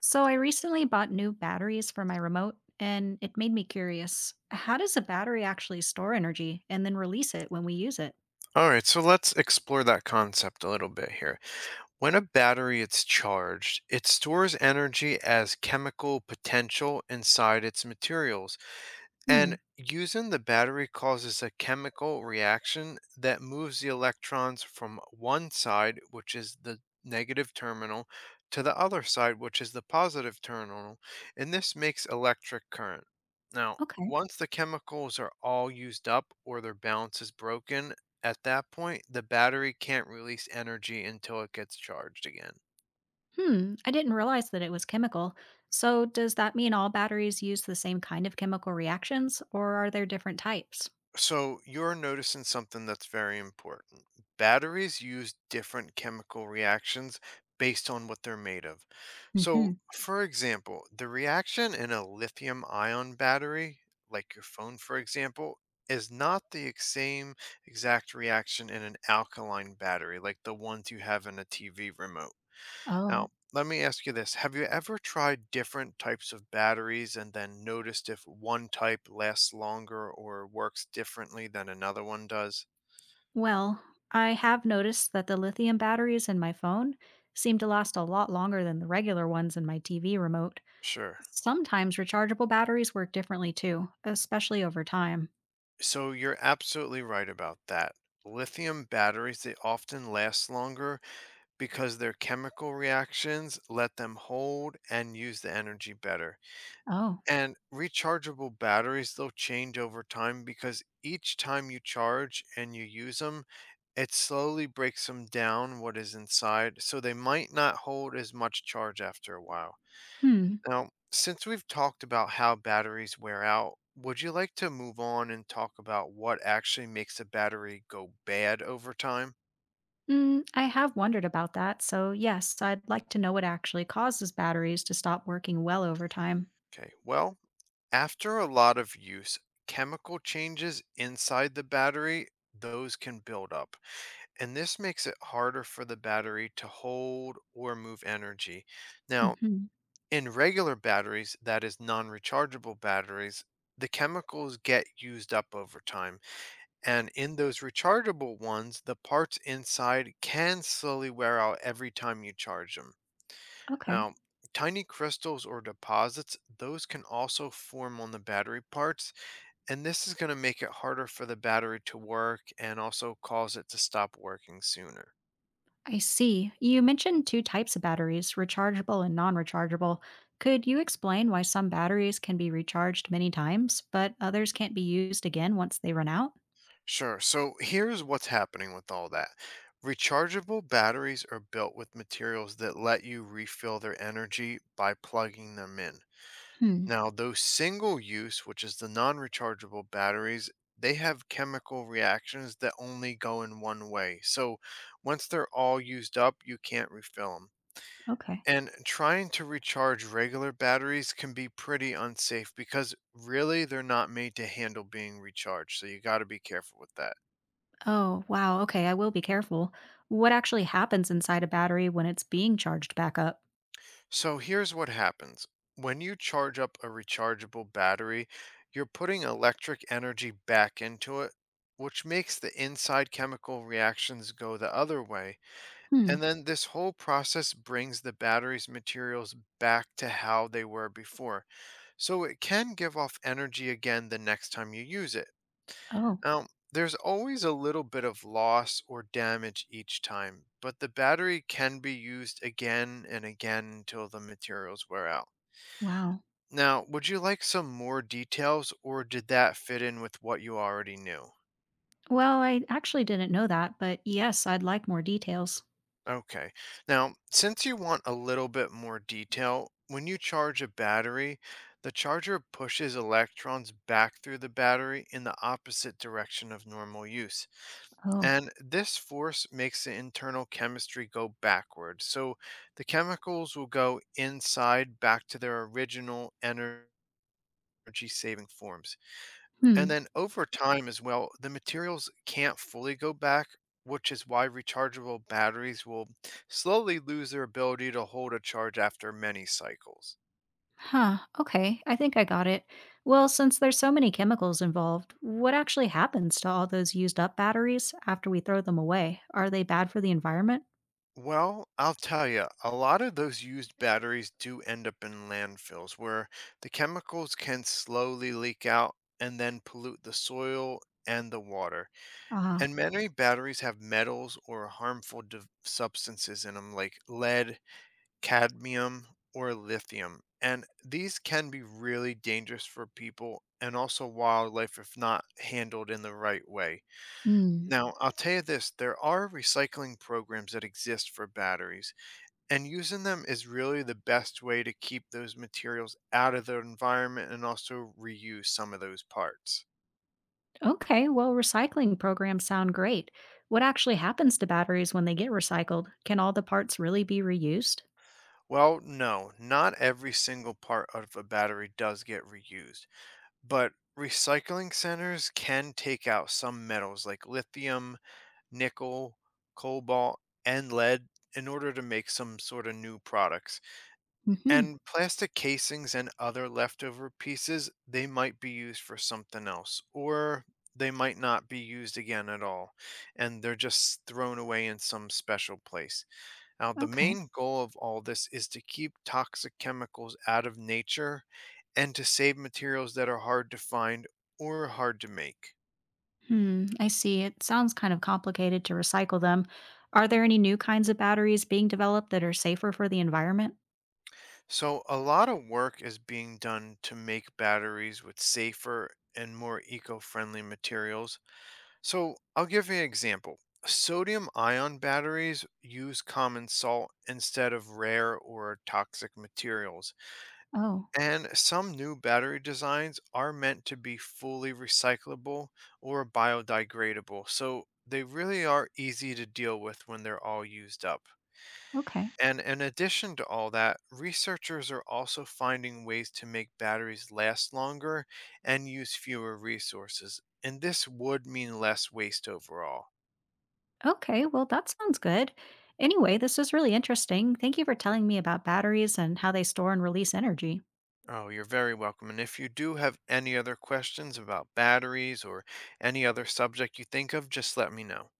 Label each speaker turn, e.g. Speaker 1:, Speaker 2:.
Speaker 1: So I recently bought new batteries for my remote, and it made me curious. How does a battery actually store energy and then release it when we use it?
Speaker 2: All right, so let's explore that concept a little bit here. When a battery is charged, it stores energy as chemical potential inside its materials.
Speaker 1: Hmm.
Speaker 2: And using the battery causes a chemical reaction that moves the electrons from one side, which is the negative terminal, to the other side, which is the positive terminal. And this makes electric current. Now,
Speaker 1: Okay.
Speaker 2: once the chemicals are all used up or their balance is broken, at that point, the battery can't release energy until it gets charged again.
Speaker 1: Hmm. I didn't realize that it was chemical. So does that mean all batteries use the same kind of chemical reactions, or are there different types?
Speaker 2: So you're noticing something that's very important. Batteries use different chemical reactions based on what they're made of. So,
Speaker 1: Hmm.
Speaker 2: for example, the reaction in a lithium ion battery, like your phone, for example, is not the same exact reaction in an alkaline battery, like the ones you have in a TV remote.
Speaker 1: Oh.
Speaker 2: Now, let me ask you this. Have you ever tried different types of batteries and then noticed if one type lasts longer or works differently than another one does?
Speaker 1: Well, I have noticed that the lithium batteries in my phone seem to last a lot longer than the regular ones in my TV remote.
Speaker 2: Sure.
Speaker 1: Sometimes rechargeable batteries work differently too, especially over time.
Speaker 2: So you're absolutely right about that. Lithium batteries, they often last longer because their chemical reactions let them hold and use the energy better.
Speaker 1: Oh,
Speaker 2: And rechargeable batteries, they'll change over time because each time you charge and you use them, it slowly breaks them down, what is inside, so they might not hold as much charge after a while.
Speaker 1: hmm.
Speaker 2: Now, since we've talked about how batteries wear out, would you like to move on and talk about what actually makes a battery go bad over time?
Speaker 1: Mm, I have wondered about that, so yes, I'd like to know what actually causes batteries to stop working well over time.
Speaker 2: Okay, well, after a lot of use, chemical changes inside the battery, those can build up, and this makes it harder for the battery to hold or move energy. Now,
Speaker 1: Hmm.
Speaker 2: in regular batteries, that is non rechargeable batteries, the chemicals get used up over time. And in those rechargeable ones, the parts inside can slowly wear out every time you charge them.
Speaker 1: Okay.
Speaker 2: Now, tiny crystals or deposits, those can also form on the battery parts. And this is going to make it harder for the battery to work and also cause it to stop working sooner.
Speaker 1: I see. You mentioned two types of batteries, rechargeable and non rechargeable. Could you explain why some batteries can be recharged many times, but others can't be used again once they run out?
Speaker 2: Sure. So here's what's happening with all that. Rechargeable batteries are built with materials that let you refill their energy by plugging them in.
Speaker 1: Hmm.
Speaker 2: Now, those single use, which is the non rechargeable batteries, they have chemical reactions that only go in one way. So once they're all used up, you can't refill them.
Speaker 1: Okay.
Speaker 2: And trying to recharge regular batteries can be pretty unsafe because really they're not made to handle being recharged. So you got to be careful with that.
Speaker 1: Oh, wow. Okay, I will be careful. What actually happens inside a battery when it's being charged back up?
Speaker 2: So here's what happens. When you charge up a rechargeable battery, you're putting electric energy back into it, which makes the inside chemical reactions go the other way,
Speaker 1: Hmm.
Speaker 2: and then this whole process brings the battery's materials back to how they were before. So it can give off energy again the next time you use it.
Speaker 1: Oh,
Speaker 2: Now, there's always a little bit of loss or damage each time, but the battery can be used again and again until the materials wear out.
Speaker 1: wow.
Speaker 2: Now, would you like some more details or did that fit in with what you already knew?
Speaker 1: Well, I actually didn't know that, but yes, I'd like more details.
Speaker 2: Okay. Now, since you want a little bit more detail, when you charge a battery, the charger pushes electrons back through the battery in the opposite direction of normal use.
Speaker 1: Oh.
Speaker 2: And this force makes the internal chemistry go backward. So the chemicals will go inside back to their original energy saving forms.
Speaker 1: Hmm.
Speaker 2: And then over time as well, the materials can't fully go back, which is why rechargeable batteries will slowly lose their ability to hold a charge after many cycles.
Speaker 1: Huh. Okay, I think I got it. Well, since there's so many chemicals involved, what actually happens to all those used up batteries after we throw them away? Are they bad for the environment?
Speaker 2: Well, I'll tell you, a lot of those used batteries do end up in landfills where the chemicals can slowly leak out and then pollute the soil and the water.
Speaker 1: Ah.
Speaker 2: And many batteries have metals or harmful substances in them like lead, cadmium or lithium. And these can be really dangerous for people and also wildlife if not handled in the right way.
Speaker 1: Hmm.
Speaker 2: Now, I'll tell you this, there are recycling programs that exist for batteries, and using them is really the best way to keep those materials out of the environment and also reuse some of those parts.
Speaker 1: Okay, well, recycling programs sound great. What actually happens to batteries when they get recycled? Can all the parts really be reused?
Speaker 2: Well, no, not every single part of a battery does get reused, but recycling centers can take out some metals like lithium, nickel, cobalt, and lead in order to make some sort of new products.
Speaker 1: Hmm.
Speaker 2: And plastic casings and other leftover pieces, they might be used for something else or they might not be used again at all and they're just thrown away in some special place. Now, the
Speaker 1: Okay.
Speaker 2: main goal of all this is to keep toxic chemicals out of nature and to save materials that are hard to find or hard to make.
Speaker 1: Hmm, I see. It sounds kind of complicated to recycle them. Are there any new kinds of batteries being developed that are safer for the environment?
Speaker 2: So, a lot of work is being done to make batteries with safer and more eco friendly materials. So, I'll give you an example. Sodium ion batteries use common salt instead of rare or toxic materials.
Speaker 1: Oh,
Speaker 2: And some new battery designs are meant to be fully recyclable or biodegradable, so they really are easy to deal with when they're all used up.
Speaker 1: okay.
Speaker 2: And in addition to all that, researchers are also finding ways to make batteries last longer and use fewer resources. And this would mean less waste overall.
Speaker 1: Okay, well, that sounds good. Anyway, this was really interesting. Thank you for telling me about batteries and how they store and release energy.
Speaker 2: Oh, you're very welcome. And if you do have any other questions about batteries or any other subject you think of, just let me know.